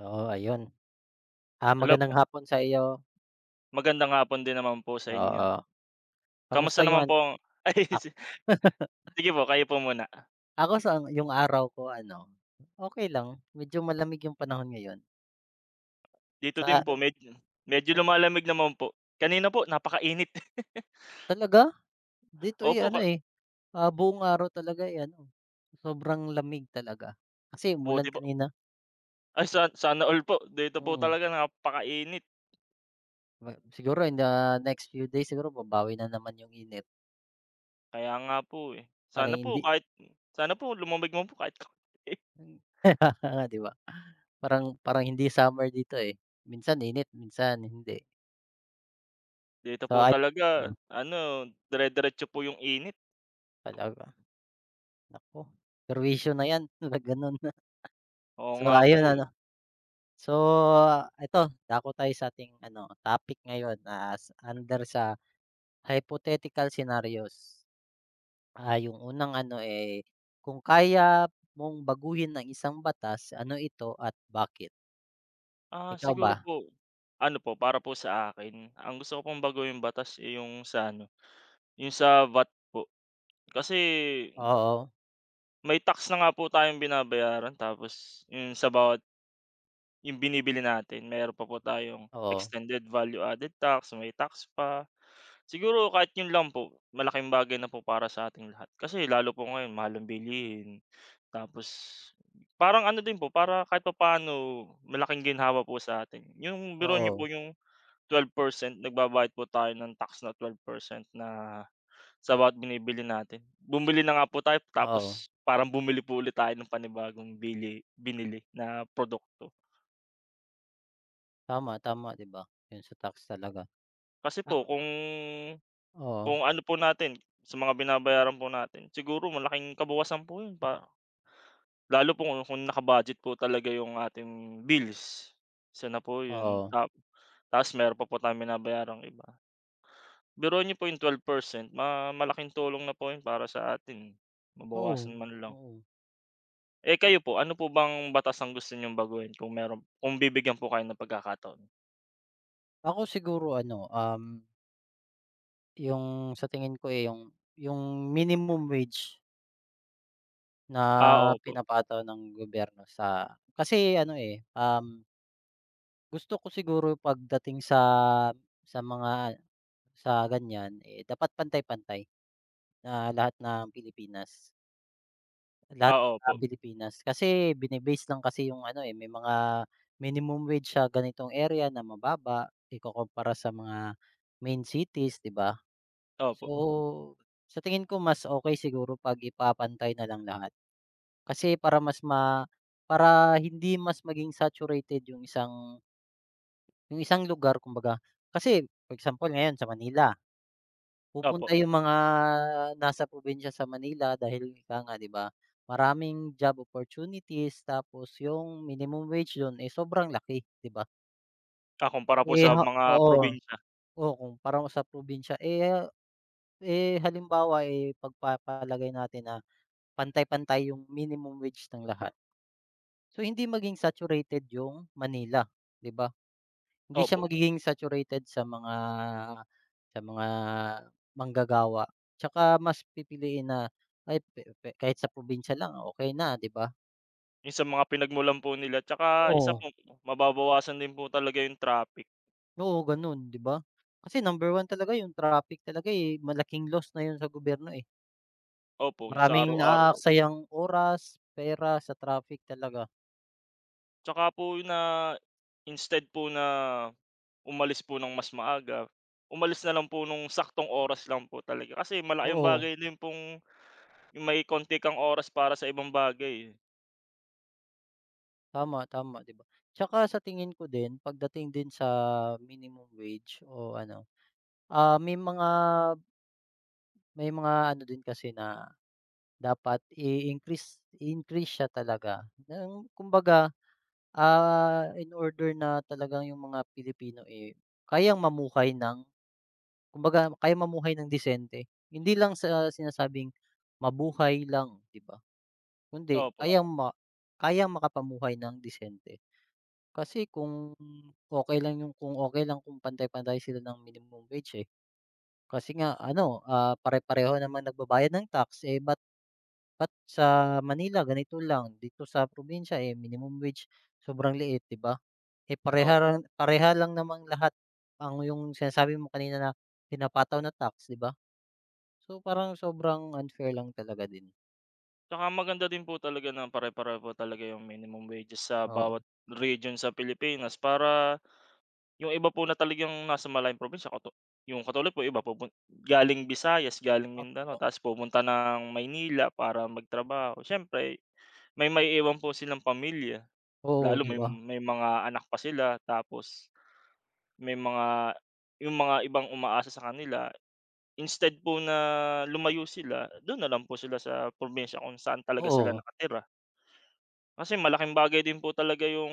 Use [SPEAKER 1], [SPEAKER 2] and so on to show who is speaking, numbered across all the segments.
[SPEAKER 1] Oo, ayun. Ah,
[SPEAKER 2] Hello po,
[SPEAKER 1] magandang hapon sa iyo.
[SPEAKER 2] magandang hapon din naman po sa inyo.
[SPEAKER 1] Oo, kamusta
[SPEAKER 2] Kamusta
[SPEAKER 1] yung
[SPEAKER 2] naman
[SPEAKER 1] an
[SPEAKER 2] po ang ay
[SPEAKER 1] ak
[SPEAKER 2] si sige po kayo po muna.
[SPEAKER 1] ako sa yung araw ko ano, okay lang. Medyo malamig yung panahon ngayon.
[SPEAKER 2] Dito din
[SPEAKER 1] Sa
[SPEAKER 2] po medyo medyo
[SPEAKER 1] Oo,
[SPEAKER 2] lumalamig naman po. Kanina po napakainit.
[SPEAKER 1] talaga? Dito, eh,
[SPEAKER 2] Opo,
[SPEAKER 1] ano, eh, ah, buong araw talaga, eh, ano, sobrang lamig talaga. Kasi
[SPEAKER 2] buti
[SPEAKER 1] umulan
[SPEAKER 2] po
[SPEAKER 1] kanina.
[SPEAKER 2] ay sa sana all po dito po
[SPEAKER 1] Mm,
[SPEAKER 2] talaga napakainit.
[SPEAKER 1] ma Siguro in the next few days siguro babawi na naman yung init.
[SPEAKER 2] Kaya nga po, eh.
[SPEAKER 1] Parang hindi
[SPEAKER 2] Sana po lumamig man po kahit kaunti.
[SPEAKER 1] nga, 'di ba? Parang parang hindi summer dito, eh. Minsan init, minsan hindi.
[SPEAKER 2] Dito
[SPEAKER 1] So
[SPEAKER 2] po
[SPEAKER 1] ay
[SPEAKER 2] talaga ano, dire-diretso po yung init.
[SPEAKER 1] Talaga, naku, perwisyo na 'yan na gano'n.
[SPEAKER 2] Oo
[SPEAKER 1] So,
[SPEAKER 2] nga po,
[SPEAKER 1] ayun
[SPEAKER 2] eh.
[SPEAKER 1] ano, so eto tayo sa ating ano topic ngayon, ah, under sa hypothetical scenarios. Ah, yung unang ano, eh, kung kaya mong baguhin ang isang batas, ano ito at bakit?
[SPEAKER 2] Ah,
[SPEAKER 1] Ikaw ba?
[SPEAKER 2] siguro po ano po para po sa akin, ang gusto ko pong baguhin batas, eh, yung sa VAT po. Kasi
[SPEAKER 1] Oo,
[SPEAKER 2] may tax na nga po tayong binabayaran tapos yung sa bawat yung binibili natin meron pa po tayong
[SPEAKER 1] oo,
[SPEAKER 2] extended value added tax, may tax pa. Siguro kahit yun lang po malaking bagay na po para sa ating lahat. Kasi lalo po ngayon mahal ang bilihin. Tapos parang ano din po, para kahit pa paano malaking ginhawa po sa atin. Yung biruin niyo po
[SPEAKER 1] oo,
[SPEAKER 2] yung 12%, nagbabayad po tayo ng tax na 12% na sa bawat binibili natin. Bumili na nga po tayo
[SPEAKER 1] oo,
[SPEAKER 2] tapos parang bumili po ulit tayo ng panibagong binili na produkto.
[SPEAKER 1] tama, tama, 'di ba? Yun sa tax talaga.
[SPEAKER 2] Kasi po
[SPEAKER 1] Ako
[SPEAKER 2] kung
[SPEAKER 1] Oo,
[SPEAKER 2] kung ano po natin, sa mga binabayaran po natin, siguro malaking kabawasan po 'yun pa lalo po kung naka-budget po talaga yung ating bills. Isa na po 'yun,
[SPEAKER 1] oo,
[SPEAKER 2] tapos meron pa po tayong binabayarang iba. Biruin niyo po yung twelve percent, malaking tulong na po 'yun para sa atin,
[SPEAKER 1] oo,
[SPEAKER 2] mabawasan man lang.
[SPEAKER 1] oo.
[SPEAKER 2] Eh, kayo po, ano po bang batas ang gusto niyong baguhin kung meron, kung bibigyan po kayo ng pagkakataon?
[SPEAKER 1] Ako siguro ano, yung sa tingin ko, eh, yung minimum wage na
[SPEAKER 2] Ah, opo.
[SPEAKER 1] pinapataw ng gobyerno sa kasi ano, eh, gusto ko siguro pagdating sa mga sa ganyan, eh, dapat pantay-pantay na lahat ng Pilipinas lahat
[SPEAKER 2] Ah,
[SPEAKER 1] ng
[SPEAKER 2] opo.
[SPEAKER 1] Pilipinas. Kasi bine-base lang kasi yung ano, eh, may mga minimum wage sa ganitong area na mababa ikukumpara sa mga main cities, 'di ba? So,
[SPEAKER 2] Opo,
[SPEAKER 1] sa tingin ko mas okey siguro 'pag ipapantay na lang lahat. Kasi para hindi mas maging saturated yung isang lugar kumbaga. Kasi for example ngayon sa Manila, pupunta
[SPEAKER 2] opo.
[SPEAKER 1] yung mga nasa probinsya sa Manila dahil ika nga 'di ba, maraming job opportunities tapos yung minimum wage dun, eh, sobrang laki 'di ba?
[SPEAKER 2] Ah, kumpara po
[SPEAKER 1] Eh,
[SPEAKER 2] sa
[SPEAKER 1] ha
[SPEAKER 2] mga
[SPEAKER 1] Oo,
[SPEAKER 2] probinsya.
[SPEAKER 1] oo kumpara mo sa probinsya, eh, ah, eh, halimbawa, eh, pagpapalagay natin na pantay-pantay yung minimum wage ng lahat. So, hindi maging saturated yung Manila, 'di ba? Hindi siya
[SPEAKER 2] Opo,
[SPEAKER 1] magiging saturated sa mga sa mga manggagawa. Tsaka mas pipiliin na, ay pe pe kahit sa probinsya lang okay na, 'di ba?
[SPEAKER 2] yung sa mga pinagmulan po nila, tsaka isa
[SPEAKER 1] Oo,
[SPEAKER 2] po, mababawasan din po talaga yung traffic.
[SPEAKER 1] oo gano'n, 'di ba? Kasi number one talaga yung traffic talaga, eh, malaking loss na 'yun sa gobyerno, eh.
[SPEAKER 2] Opo, yung sa
[SPEAKER 1] Maraming,
[SPEAKER 2] araw-araw po.
[SPEAKER 1] tama, oras, pera sa traffic talaga,
[SPEAKER 2] Tsaka po yung na instead po na umalis po ng mas maaga, umalis na lang po nung saktong oras lang po talaga. Kasi malaking
[SPEAKER 1] oo.
[SPEAKER 2] bagay din pong yung may konti kang oras para sa ibang bagay, eh.
[SPEAKER 1] Tama, tama, 'di ba? Tsaka sa tingin ko din pagdating din sa minimum wage o ano, ah, may mga ano din kasi na dapat i-increase siya talaga ng kumbaga, ah, in order na talagang yung mga Pilipino, eh, kayang mamuhay ng kumbaga kaya mamuhay ng disente. Hindi lang sa sinasabing mabuhay lang, 'di ba? Kundi
[SPEAKER 2] Opo.
[SPEAKER 1] kayang makapamuhay ng disente. Kasi kung okey lang yung kung okey lang kung pantay-pantay sila ng minimum wage, eh. Kasi nga ano, ah, pare-pareho naman nagbabayad ng tax, eh, ba't sa Manila ganito lang, dito sa probinsya, eh, minimum wage sobrang liit, 'di ba? Eh,
[SPEAKER 2] Opo,
[SPEAKER 1] pareha lang namang lahat ang yung sinasabi mo kanina na pinapataw na tax, 'di ba? So, parang sobrang unfair lang talaga din.
[SPEAKER 2] tsaka maganda din po talaga na pare-pareho po talaga yung minimum wages sa
[SPEAKER 1] Oo.
[SPEAKER 2] bawat region sa Pilipinas, para yung iba po na talagang nasa malayong probinsya yung katulad po, iba pupun galing Visayas, galing Mindanao
[SPEAKER 1] Oo.
[SPEAKER 2] tapos pupunta ng Maynila para magtrabaho. Siyempre may maiiwan po silang pamilya,
[SPEAKER 1] Oo,
[SPEAKER 2] lalo
[SPEAKER 1] 'di
[SPEAKER 2] may
[SPEAKER 1] ba?
[SPEAKER 2] may mga anak pa sila tapos may mga yung mga ibang umaasa sa kanila, instead po na lumayo sila, dun na lang po sila sa probinsya kung saan talaga sila
[SPEAKER 1] Oo.
[SPEAKER 2] nakatira. Kasi malaking bagay din po talaga yung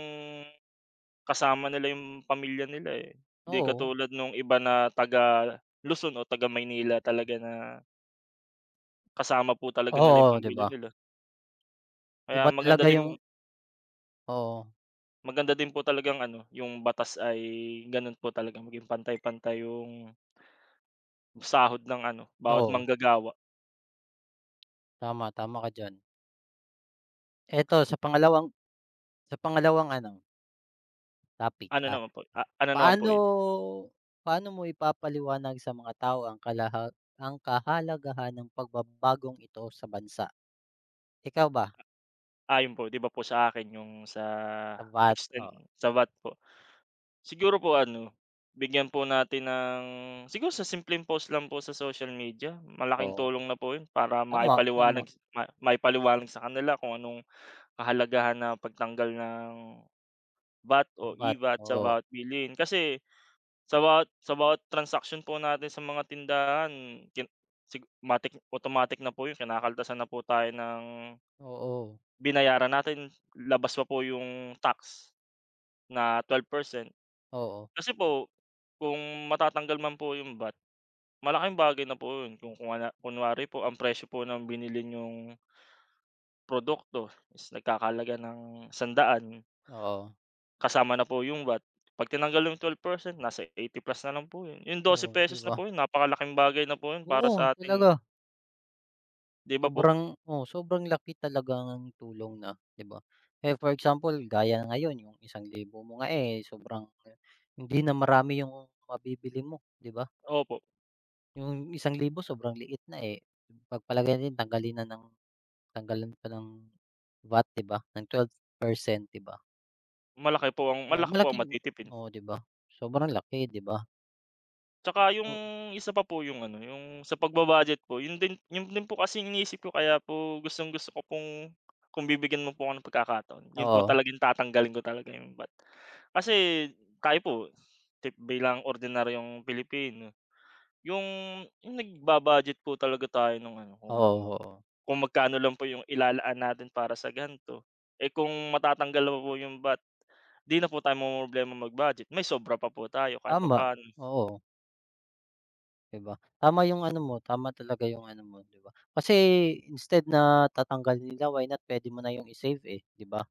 [SPEAKER 2] kasama nila yung pamilya nila, eh. Hindi
[SPEAKER 1] Oo.
[SPEAKER 2] katulad nung iba na taga Luzon o taga Maynila talaga na kasama po talaga nila yung
[SPEAKER 1] Oo, 'di
[SPEAKER 2] pamilya
[SPEAKER 1] ba?
[SPEAKER 2] nila. Kaya
[SPEAKER 1] Iba
[SPEAKER 2] maganda
[SPEAKER 1] talaga
[SPEAKER 2] din
[SPEAKER 1] yung Oo.
[SPEAKER 2] maganda din po talagang ano, yung batas ay gano'n po talaga, maging pantay-pantay yung sahod ng ano, bawat
[SPEAKER 1] Oo.
[SPEAKER 2] manggagawa.
[SPEAKER 1] Tama, tama ka diyan. Eto sa pangalawang Sa pangalawang ano, topic,
[SPEAKER 2] Ano
[SPEAKER 1] ah,
[SPEAKER 2] naman po, ah, ano naman po yun,
[SPEAKER 1] paano paano mo ipapaliwanag sa mga tao ang ang kahalagahan ng pagbabagong ito sa bansa? Ikaw ba?
[SPEAKER 2] ayon po, 'di ba po, sa akin yung sa
[SPEAKER 1] Sapat,
[SPEAKER 2] extent
[SPEAKER 1] oo,
[SPEAKER 2] sa VAT po. Siguro po ano, bigyan po natin ng siguro sa simpleng post lang po sa social media, malaking
[SPEAKER 1] oo.
[SPEAKER 2] tulong na po 'yun para
[SPEAKER 1] Tama, tama,
[SPEAKER 2] maipaliwanag sa kanila kung anong kahalagahan na pagtanggal ng VAT o
[SPEAKER 1] sapat,
[SPEAKER 2] EVAT sa
[SPEAKER 1] oo,
[SPEAKER 2] bawat bilhin. Kasi sa bawat transaksyon po natin sa mga tindahan, kin automatic na po 'yun, kinakaltasan na po tayo ng
[SPEAKER 1] oo,
[SPEAKER 2] binayaran natin, labas pa po yung tax na 12%.
[SPEAKER 1] oo,
[SPEAKER 2] Kasi po, kung matatanggal man po yung VAT, malaking bagay na po yun. Kung kunwari po ang presyo po ng binili niyong produkto is nagkakahalaga ng 100
[SPEAKER 1] oo,
[SPEAKER 2] kasama na po yung VAT, 'pag tinanggal yung 12%, nasa 80 plus na lang po yun. Yung dose
[SPEAKER 1] oo, 'di
[SPEAKER 2] pesos na
[SPEAKER 1] ba?
[SPEAKER 2] po yun, napakalaking bagay na po yun para
[SPEAKER 1] Oo,
[SPEAKER 2] sa atin,
[SPEAKER 1] talaga.
[SPEAKER 2] 'di ba po?
[SPEAKER 1] Oo, sobrang laki talaga ng tulong na, 'di ba? Eh, for example, gaya ngayon yung 1,000 mo nga, eh, sobrang hindi na marami yung mabibili mo, 'di ba?
[SPEAKER 2] Opo,
[SPEAKER 1] Yung isang libo sobrang liit na, eh, pagpalagay natin tanggalin na ng tanggalan pa ng VAT, 'di ba, ng 12%, 'di ba?
[SPEAKER 2] malaki po ang
[SPEAKER 1] Oo,
[SPEAKER 2] malaki po ang
[SPEAKER 1] malaking
[SPEAKER 2] matitipid.
[SPEAKER 1] Oo, 'di ba? Sobrang laki, 'di ba?
[SPEAKER 2] Tsaka yung
[SPEAKER 1] Oo,
[SPEAKER 2] isa pa po yung ano, yung sa pagba-budget po, yun din po kasi iniisip ko, kaya po gustong-gusto ko pong, kung bibigyan mo po ako ng pagkakataon, yun po
[SPEAKER 1] oo,
[SPEAKER 2] talagang tatanggalin ko talaga yung bat. Kasi tayo po, bilang ordinaryong Pilipino, yung yung nagba-budget po talaga tayo ng ano, kung
[SPEAKER 1] oo, oo.
[SPEAKER 2] kung magkano lang po yung ilalaan natin para sa ganito. Eh, kung matatanggal pa po yung bat, 'di na po tayo mamomroblema mag-budget, may sobra pa po tayo kahit pa
[SPEAKER 1] Tama,
[SPEAKER 2] papaano.
[SPEAKER 1] oo. 'Di ba? Tama yung ano mo, tama talaga yung ano mo, 'di ba? Kasi instead na tatanggalin nila, why not puwede mo na yung i-save, eh, 'di ba?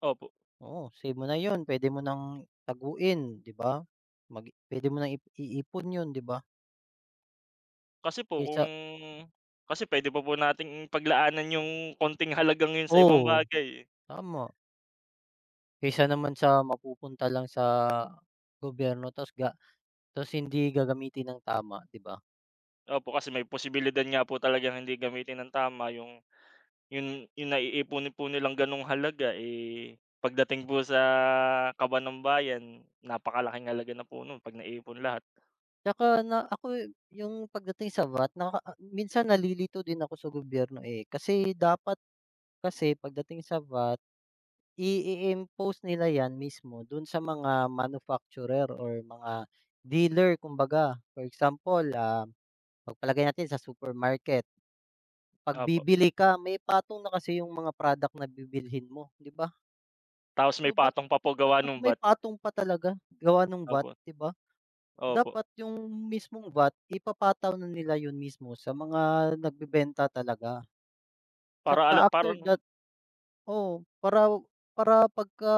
[SPEAKER 2] Opo.
[SPEAKER 1] Oo, save mo na yun, puwede mo nang taguin, 'di ba? Puwede mo nang iipon yun, 'di ba?
[SPEAKER 2] Kasi po kung
[SPEAKER 1] Kaysa
[SPEAKER 2] kasi puwede pa po nating paglaanan yung konting halagang yun sa ibang
[SPEAKER 1] Oo,
[SPEAKER 2] bagay, eh.
[SPEAKER 1] tama. Kaysa naman sa mapupunta lang sa gobyerno ta's hindi gagamitin ng tama, 'di ba?
[SPEAKER 2] Opo, kasi may posibilidad nga po talagang hindi gamitin ng tama yung naiipon po nilang gano'ng halaga, eh, pagdating po sa kaban ng bayan, napakalaking halaga na po nun 'pag naipon lahat.
[SPEAKER 1] Tsaka na ako Yung pagdating sa VAT minsan nalilito din ako sa gobyerno, eh, kasi pagdating sa VAT impose nila 'yan mismo dun sa mga manufacturer or mga dealer kumbaga. For example, ah, pagpalagay natin sa supermarket, 'pag
[SPEAKER 2] Opo,
[SPEAKER 1] bibili ka may patong na kasi yung mga product na bibilhin mo, 'di ba?
[SPEAKER 2] tapos
[SPEAKER 1] So,
[SPEAKER 2] may
[SPEAKER 1] bakit
[SPEAKER 2] patong pa po gawa
[SPEAKER 1] Mas
[SPEAKER 2] nung
[SPEAKER 1] may
[SPEAKER 2] bat.
[SPEAKER 1] patong pa talaga gawa ng VAT,
[SPEAKER 2] Opo,
[SPEAKER 1] 'di ba?
[SPEAKER 2] opo.
[SPEAKER 1] Dapat yung mismong VAT ipapataw na nila yun mismo sa mga nagbebenta talaga.
[SPEAKER 2] Para
[SPEAKER 1] Tsaka
[SPEAKER 2] ala para
[SPEAKER 1] after that, oo, para para pagka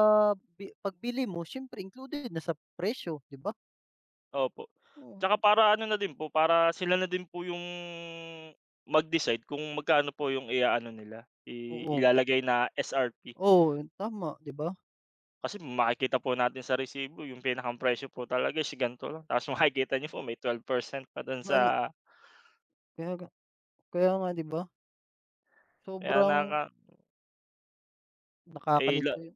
[SPEAKER 1] bi pagbili mo siyempre included na sa presyo, 'di ba?
[SPEAKER 2] Opo.
[SPEAKER 1] Oo,
[SPEAKER 2] Tsaka para ano na din po, para sila na din po yung mag-decide kung magkano po yung i-aano nila,
[SPEAKER 1] oo,
[SPEAKER 2] ilalagay na SRP.
[SPEAKER 1] oo, tama, 'di ba?
[SPEAKER 2] Kasi makikita po natin sa resibo yung pinakang presyo po talaga is ganito lang, tapos makikita niyo po may 12% pa dun sa,
[SPEAKER 1] Gani kaya nga kaya nga, 'di ba?
[SPEAKER 2] kaya
[SPEAKER 1] Sobrang
[SPEAKER 2] nakaka eh, la
[SPEAKER 1] Nakakalito yun,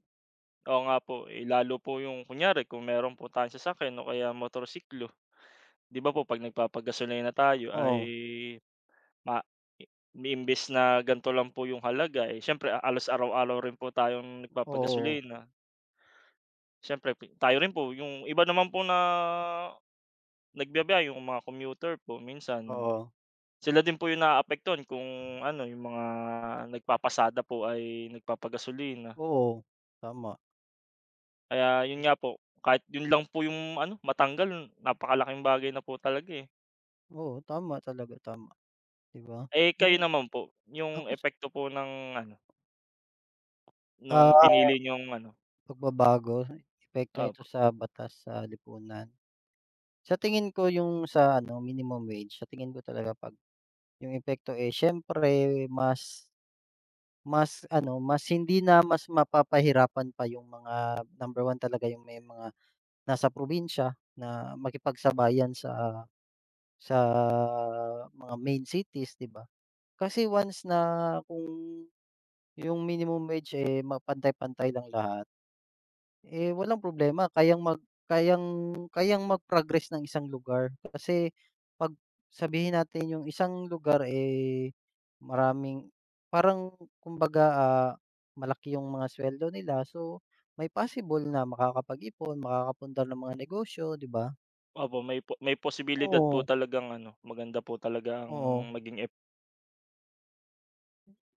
[SPEAKER 2] oo nga po, eh, lalo po yung kunyari kung meron po tayong sasakyan o kaya motorsiklo, 'di ba po, 'pag nagpapagasolina na tayo ay,
[SPEAKER 1] oo,
[SPEAKER 2] Ma i imbes na ganito lang po yung halaga, eh, siyempre halos araw-araw rin po tayong
[SPEAKER 1] oo,
[SPEAKER 2] nagpapagasolina. Siyempre tayo rin po yung iba naman po na nagbiyabiyahe, yung mga commuter po minsan,
[SPEAKER 1] oo,
[SPEAKER 2] sila din po yung naaapektuhan kung ano, yung mga nagpapasada po ay nagpapagasolina.
[SPEAKER 1] oo, tama.
[SPEAKER 2] Kaya yun nga po, kahit yun lang po yung ano, matanggal, napakalaking bagay na po talaga, eh.
[SPEAKER 1] Oo, tama talaga, tama, 'di ba?
[SPEAKER 2] Eh, kayo
[SPEAKER 1] Yung
[SPEAKER 2] naman po, yung
[SPEAKER 1] ako sa
[SPEAKER 2] epekto po ng ano, nung
[SPEAKER 1] Ah,
[SPEAKER 2] pinili niyong ano,
[SPEAKER 1] pagbabago, epekto nito
[SPEAKER 2] opo.
[SPEAKER 1] sa batas sa lipunan. Sa tingin ko yung sa ano, minimum wage, sa tingin ko talaga 'pag yung epekto, eh, siyempre mas mas ano, mas hindi na mas mapapahirapan pa yung mga number one talaga yung may mga nasa probinsya na makipagsabayan sa sa mga main cities, 'di ba? Kasi once na Kung yung minimum wage, eh, mapantay pantay lang lahat. Eh, walang problema kayang mag-progress ng isang lugar kasi 'pag sabihin natin yung isang lugar, eh, maraming parang kumbaga, ah, malaki yung mga sweldo nila so may possible na makakapag-ipon, makakapundar ng mga negosyo, 'di ba?
[SPEAKER 2] Opo, may posibilidad po
[SPEAKER 1] Oo,
[SPEAKER 2] talagang ano, maganda po talaga ang
[SPEAKER 1] oo.
[SPEAKER 2] maging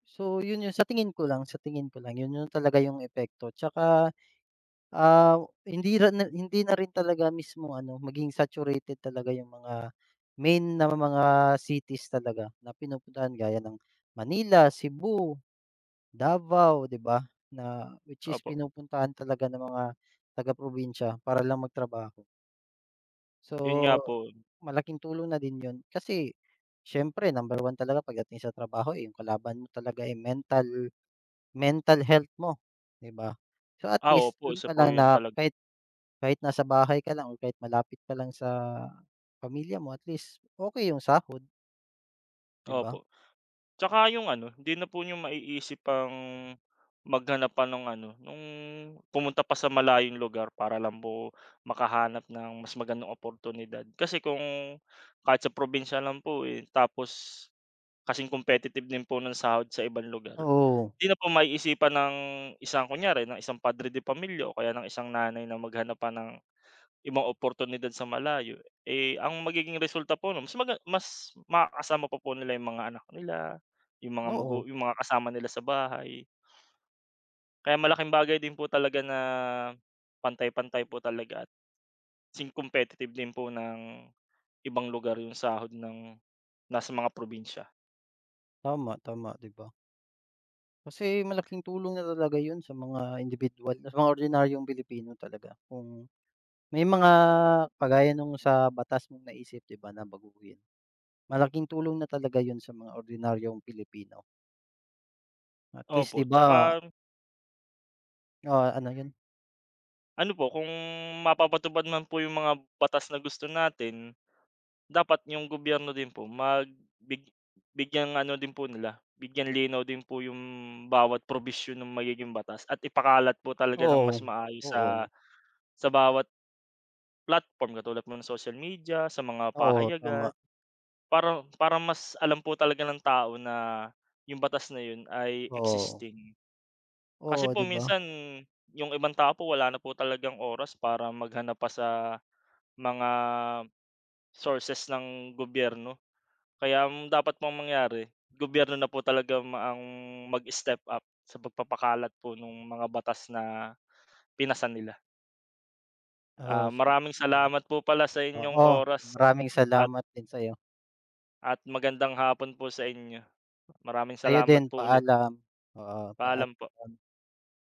[SPEAKER 1] So yun yung sa tingin ko lang, sa tingin ko lang yun yung talaga yung epekto. Tsaka ah, hindi na rin talaga mismo ano, maging saturated talaga yung mga main na mga cities talaga na pinupuntahan gaya ng Manila, Cebu, Davao, 'di ba? Na which is
[SPEAKER 2] opo.
[SPEAKER 1] pinupuntahan talaga ng mga taga-probinsya para lang magtrabaho.
[SPEAKER 2] 'Yun nga po.
[SPEAKER 1] So, malaking tulong na din yon kasi siyempre number 1 talaga pagdating sa trabaho, eh, yung kalaban mo talaga, eh, mental mental health mo, 'di ba? So, at
[SPEAKER 2] Ah,
[SPEAKER 1] least
[SPEAKER 2] opo,
[SPEAKER 1] dun
[SPEAKER 2] isa
[SPEAKER 1] pa
[SPEAKER 2] po
[SPEAKER 1] lang
[SPEAKER 2] 'yun
[SPEAKER 1] na
[SPEAKER 2] talaga.
[SPEAKER 1] kahit kahit nasa bahay ka lang o kahit malapit ka lang sa pamilya mo at least okey yung sahod, 'di ba?
[SPEAKER 2] Opo. Tsaka yung ano, hindi na po niyo maiisip ang maghanap pa nung ano, nung pumunta pa sa malayong lugar para lang po makahanap ng mas magandang oportunidad. Kasi kahit sa probinsya lang po, eh, tapos kasing competitive din po ng sahod sa ibang lugar.
[SPEAKER 1] Oo,
[SPEAKER 2] Di na po maiisipan ng isang, kunyari, ng isang padre de pamilya o kaya ng isang nanay na maghanap pa ng ibang oportunidad sa malayo, eh, ang magiging resulta po nun, mas makakasama pa po nila yung mga anak nila,
[SPEAKER 1] oo,
[SPEAKER 2] yung mga kasama nila sa bahay. Kaya malaking bagay din po talaga na pantay-pantay po talaga at sing competitive din po ng ibang lugar yung sahod ng nasa mga probinsya.
[SPEAKER 1] tama, tama, 'di ba? Kasi malaking tulong na talaga yun sa mga indibidwal, sa mga ordinaryong Pilipino talaga kung may mga kagaya nung sa batas mong naisip 'di ba na baguhin. Malaking tulong na talaga yun sa mga ordinaryong Pilipino. At least
[SPEAKER 2] Opo,
[SPEAKER 1] 'di
[SPEAKER 2] 'tsaka
[SPEAKER 1] ba, ah, ano yun,
[SPEAKER 2] ano po, kung mapapatupad man po yung mga batas na gusto natin, dapat yung gobyerno din po mag big bigyang ano din po nila, bigyan linaw din po yung bawat probisyon ng magiging batas at ipakalat po talaga ng
[SPEAKER 1] oo,
[SPEAKER 2] mas maayos sa
[SPEAKER 1] oo,
[SPEAKER 2] sa bawat platform katulad po ng social media, sa mga
[SPEAKER 1] oo, tama,
[SPEAKER 2] pahayagan, para para mas alam po talaga ng tao na yung batas na yun ay
[SPEAKER 1] oo,
[SPEAKER 2] existing. Kasi
[SPEAKER 1] oo,
[SPEAKER 2] po
[SPEAKER 1] 'di ba?
[SPEAKER 2] minsan yung ibang tao po wala na po talagang oras para maghanap pa sa mga sources ng gobyerno. Kaya ang dapat pong mangyari, gobyerno na po talaga ang mag-step up sa pagpapakalat po ng mga batas na pinasa nila.
[SPEAKER 1] Oo,
[SPEAKER 2] Ah, maraming
[SPEAKER 1] oo.
[SPEAKER 2] salamat po pala sa inyong
[SPEAKER 1] Oo,
[SPEAKER 2] oras
[SPEAKER 1] maraming
[SPEAKER 2] at
[SPEAKER 1] salamat din sa'yo.
[SPEAKER 2] at magandang hapon po sa inyo. Maraming
[SPEAKER 1] Sa'yo
[SPEAKER 2] salamat
[SPEAKER 1] din,
[SPEAKER 2] po ulit.
[SPEAKER 1] paalam. Oo,
[SPEAKER 2] Paalam po.
[SPEAKER 1] paalam.